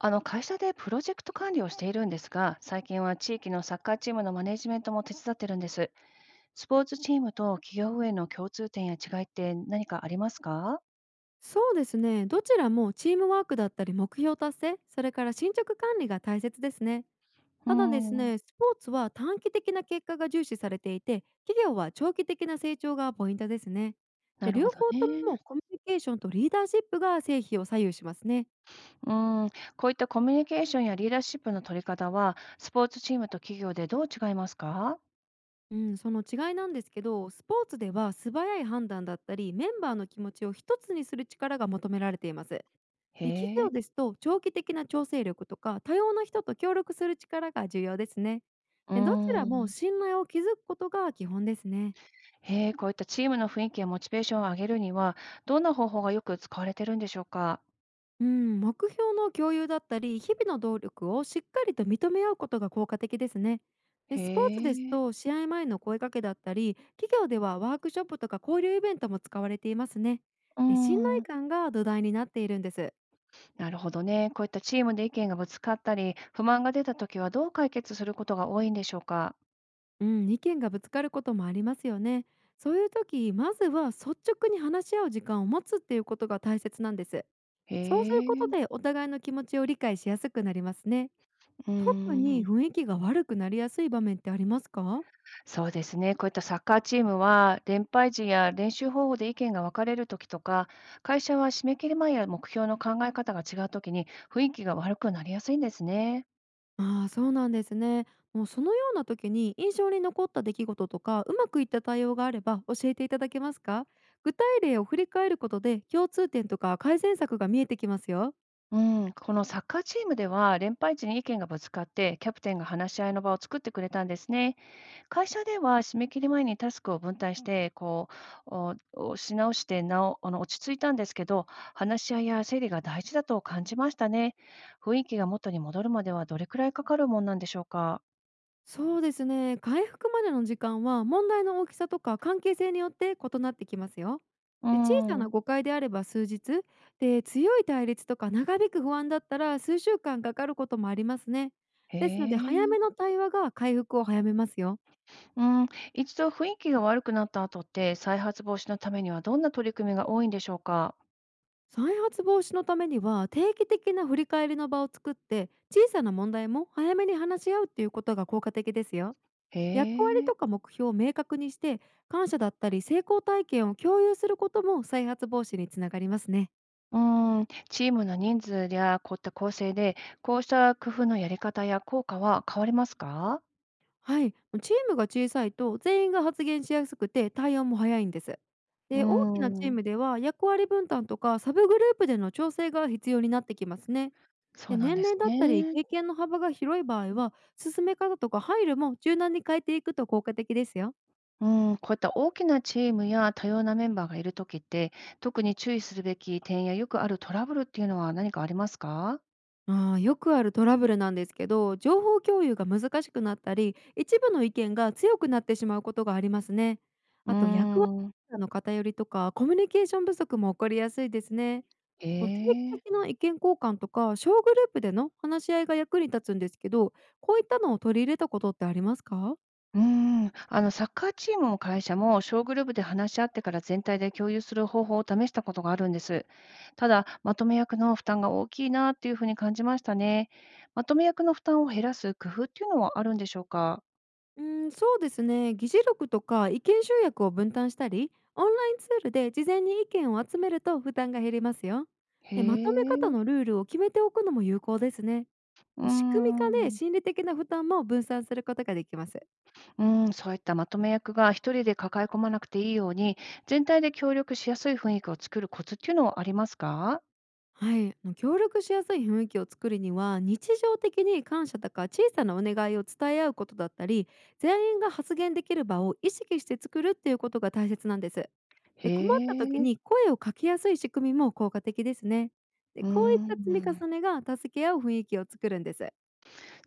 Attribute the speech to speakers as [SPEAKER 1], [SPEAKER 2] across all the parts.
[SPEAKER 1] あの会社でプロジェクト管理をしているんですが、最近は地域のサッカーチームのマネジメントも手伝ってるんです。スポーツチームと企業運営の共通点や違いって何かありますか？
[SPEAKER 2] そうですね。どちらもチームワークだったり目標達成、それから進捗管理が大切ですね。
[SPEAKER 1] う
[SPEAKER 2] ただです
[SPEAKER 1] ん、
[SPEAKER 2] ね、スポーツは短期的な結果が重視されていて、企業は長期的な成長がポイントですね。
[SPEAKER 1] な
[SPEAKER 2] で
[SPEAKER 1] るほ
[SPEAKER 2] 両
[SPEAKER 1] ど
[SPEAKER 2] 方と
[SPEAKER 1] ね。
[SPEAKER 2] もコミュニケーションとリーダーシップが成否を左右しますね。
[SPEAKER 1] うん、こういったコミュニケーションやリーダーシップの取り方は、スポーツチームと企業でどう違いますか？
[SPEAKER 2] うん、その違いなんですけど、スポーツでは素早い判断だったり、メンバーの気持ちを一つにする力が求められています。で企
[SPEAKER 1] へえ。
[SPEAKER 2] 業ですと長期的な調整力とか多様な人と協力する力が重要ですね。
[SPEAKER 1] うー
[SPEAKER 2] でどちらも
[SPEAKER 1] ん。
[SPEAKER 2] 信頼を築くことが基本ですね。
[SPEAKER 1] へえ、こういったチームの雰囲気やモチベーションを上げるには、どんな方法がよく使われてるんでしょうか？
[SPEAKER 2] うん、目標の共有だったり日々の動力をしっかりと認め合うことが効果的ですね。で
[SPEAKER 1] へ
[SPEAKER 2] スポーツです
[SPEAKER 1] え。
[SPEAKER 2] と試合前の声かけだったり企業ではワークショップとか交流イベントも使われていますね。
[SPEAKER 1] うー
[SPEAKER 2] で信頼
[SPEAKER 1] ん。
[SPEAKER 2] 感が土台になっているんです。
[SPEAKER 1] なるほどね。こういったチームで意見がぶつかったり、不満が出たときはどう解決することが多いんでしょうか。
[SPEAKER 2] うん、意見がぶつかることもありますよね。そういう時、まずは率直に話し合う時間を持つっていうことが大切なんです。
[SPEAKER 1] へ
[SPEAKER 2] そうすること
[SPEAKER 1] え、
[SPEAKER 2] でお互いの気持ちを理解しやすくなりますね。
[SPEAKER 1] うー
[SPEAKER 2] 特
[SPEAKER 1] ん、
[SPEAKER 2] に雰囲気が悪くなりやすい場面ってありますか？
[SPEAKER 1] そうですね。こういったサッカーチームは、連敗時や練習方法で意見が分かれるときとか、会社は締め切り前や目標の考え方が違うときに雰囲気が悪くなりやすいんですね。
[SPEAKER 2] ああ、そうなんですね。もうそのような時に印象に残った出来事とか、うまくいった対応があれば教えていただけますか？具体例を振り返ることで共通点とか改善策が見えてきますよ。
[SPEAKER 1] うん、このサッカーチームでは、連敗時に意見がぶつかって、キャプテンが話し合いの場を作ってくれたんですね。会社では締め切り前にタスクを分担して、こう、おおし直してなお落ち着いたんですけど、話し合いや整理が大事だと感じましたね。雰囲気が元に戻るまではどれくらいかかるもんなんでしょうか。
[SPEAKER 2] そうですね、回復までの時間は問題の大きさとか関係性によって異なってきますよ。
[SPEAKER 1] うー
[SPEAKER 2] で小さな
[SPEAKER 1] ん。
[SPEAKER 2] 誤解であれば数日で、強い対立とか長引く不安だったら数週間かかることもありますね。
[SPEAKER 1] へ
[SPEAKER 2] ですので早
[SPEAKER 1] え。
[SPEAKER 2] めの対話が回復を早めますよ。
[SPEAKER 1] うん。一度雰囲気が悪くなった後って、再発防止のためにはどんな取り組みが多いんでしょうか。
[SPEAKER 2] 再発防止のためには定期的な振り返りの場を作って小さな問題も早めに話し合うっていうことが効果的ですよ。
[SPEAKER 1] へ
[SPEAKER 2] 役割
[SPEAKER 1] え。
[SPEAKER 2] とか目標を明確にして感謝だったり成功体験を共有することも再発防止につながりますね。
[SPEAKER 1] うん。チームの人数やこういった構成で、こうした工夫のやり方や効果は変わりますか？
[SPEAKER 2] はい、チームが小さいと全員が発言しやすくて対応も早いんです。
[SPEAKER 1] うー
[SPEAKER 2] で大きなチー
[SPEAKER 1] ん。
[SPEAKER 2] ムでは役割分担とかサブグループでの調整が必要になってきますね。
[SPEAKER 1] そ
[SPEAKER 2] で
[SPEAKER 1] うなん
[SPEAKER 2] 年
[SPEAKER 1] です
[SPEAKER 2] 齢だったり
[SPEAKER 1] ね。
[SPEAKER 2] 経験の幅が広い場合は進め方とか配慮も柔軟に変えていくと効果的ですよ。
[SPEAKER 1] うん、こういった大きなチームや多様なメンバーがいるときって、特に注意するべき点やよくあるトラブルっていうのは何かありますか？
[SPEAKER 2] あー、よくあるトラブルなんですけど、情報共有が難しくなったり、一部の意見が強くなってしまうことがありますね。
[SPEAKER 1] うー
[SPEAKER 2] あと、役割
[SPEAKER 1] ん。
[SPEAKER 2] の偏りとか、コミュニケーション不足も起こりやすいですね。
[SPEAKER 1] え
[SPEAKER 2] もう定期
[SPEAKER 1] え。
[SPEAKER 2] 的な意見交換とか、小グループでの話し合いが役に立つんですけど、こういったのを取り入れたことってありますか？
[SPEAKER 1] うーん。あのサッカーチームも会社も小グループで話し合ってから全体で共有する方法を試したことがあるんです。ただ、まとめ役の負担が大きいなっていうふうに感じましたね。まとめ役の負担を減らす工夫っていうのはあるんでしょうか？
[SPEAKER 2] うそうですね。議事録とか意見集約を分担したり、オンラインツールで事前に意見を集めると負担が減りますよ。
[SPEAKER 1] へ
[SPEAKER 2] で、まとめ方の
[SPEAKER 1] え。
[SPEAKER 2] ルールを決めておくのも有効ですね。
[SPEAKER 1] うー
[SPEAKER 2] 仕組み化で
[SPEAKER 1] ん。
[SPEAKER 2] 心理的な負担も分散することができます。
[SPEAKER 1] うん、そういったまとめ役が一人で抱え込まなくていいように、全体で協力しやすい雰囲気を作るコツっていうのはありますか？
[SPEAKER 2] はい、あの協力しやすい雰囲気を作るには日常的に感謝とか小さなお願いを伝え合うことだったり、全員が発言できる場を意識して作るっていうことが大切なんです。
[SPEAKER 1] へ
[SPEAKER 2] で困った時
[SPEAKER 1] え、
[SPEAKER 2] に声をかけやすい仕組みも効果的ですね。で
[SPEAKER 1] う
[SPEAKER 2] こういった積み
[SPEAKER 1] ん。
[SPEAKER 2] 重ねが助け合う雰囲気を作るんです。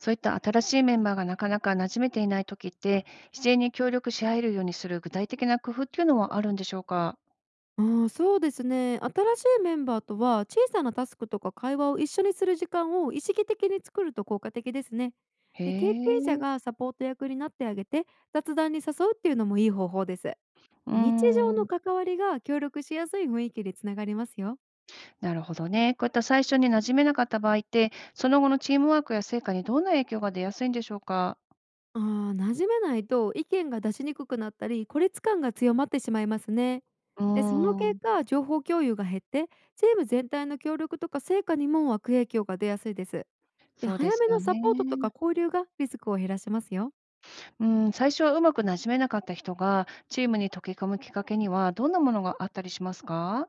[SPEAKER 1] そういった新しいメンバーがなかなか馴染めていない時って、自然に協力し合えるようにする具体的な工夫っていうのはあるんでしょうか？
[SPEAKER 2] ああ、そうですね。新しいメンバーとは小さなタスクとか会話を一緒にする時間を意識的に作ると効果的ですね。
[SPEAKER 1] へ
[SPEAKER 2] で経験者
[SPEAKER 1] え、
[SPEAKER 2] がサポート役になってあげて雑談に誘うっていうのもいい方法です。
[SPEAKER 1] う
[SPEAKER 2] 日常の
[SPEAKER 1] ん。
[SPEAKER 2] 関わりが協力しやすい雰囲気につながりますよ。
[SPEAKER 1] なるほどね。こういった最初に馴染めなかった場合って、その後のチームワークや成果にどんな影響が出やすいんでしょうか？
[SPEAKER 2] ああ、馴染めないと意見が出しにくくなったり孤立感が強まってしまいますね。
[SPEAKER 1] う
[SPEAKER 2] でその結
[SPEAKER 1] ん、
[SPEAKER 2] 果情報共有が減ってチーム全体の協力とか成果にも悪影響が出やすいです。で、
[SPEAKER 1] そうで
[SPEAKER 2] 早
[SPEAKER 1] す
[SPEAKER 2] めの
[SPEAKER 1] よ
[SPEAKER 2] サポートとか
[SPEAKER 1] ね。
[SPEAKER 2] 交流がリスクを減らしますよ。
[SPEAKER 1] うん、最初はうまくなじめなかった人が、チームに溶け込むきっかけには、どんなものがあったりしますか？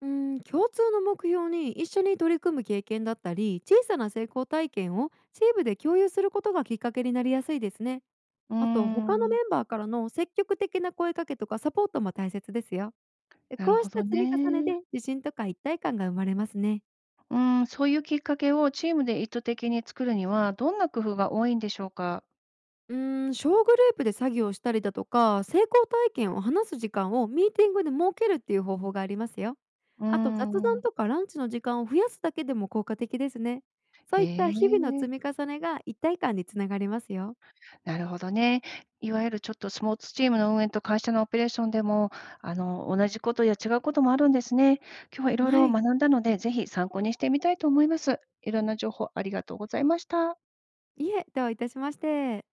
[SPEAKER 2] うん、共通の目標に一緒に取り組む経験だったり、小さな成功体験をチームで共有することがきっかけになりやすいですね。
[SPEAKER 1] うー
[SPEAKER 2] あと、他のメ
[SPEAKER 1] ん、
[SPEAKER 2] ンバーからの積極的な声かけとかサポートも大切ですよ。で
[SPEAKER 1] なる
[SPEAKER 2] こう
[SPEAKER 1] ほ
[SPEAKER 2] した
[SPEAKER 1] ど
[SPEAKER 2] 積み重ねで
[SPEAKER 1] ね。
[SPEAKER 2] 自信とか一体感が生まれますね。
[SPEAKER 1] うん、そういうきっかけをチームで意図的に作るには、どんな工夫が多いんでしょうか？
[SPEAKER 2] うーん、小グループで作業をしたりだとか、成功体験を話す時間をミーティングで設けるっていう方法がありますよ。
[SPEAKER 1] うー
[SPEAKER 2] あと雑談
[SPEAKER 1] ん、
[SPEAKER 2] とかランチの時間を増やすだけでも効果的ですね。そ
[SPEAKER 1] へ
[SPEAKER 2] ういった日
[SPEAKER 1] え、
[SPEAKER 2] 々の積み重ねが一体感につながりますよ。
[SPEAKER 1] なるほどね。いわゆるちょっとスポーツチームの運営と会社のオペレーションでも、同じことや違うこともあるんですね。今日はいろい
[SPEAKER 2] は
[SPEAKER 1] ろ
[SPEAKER 2] い。
[SPEAKER 1] 学んだので、ぜひ参考にしてみたいと思います。いろんな情報ありがとうございました。
[SPEAKER 2] いえ、どういたしまして。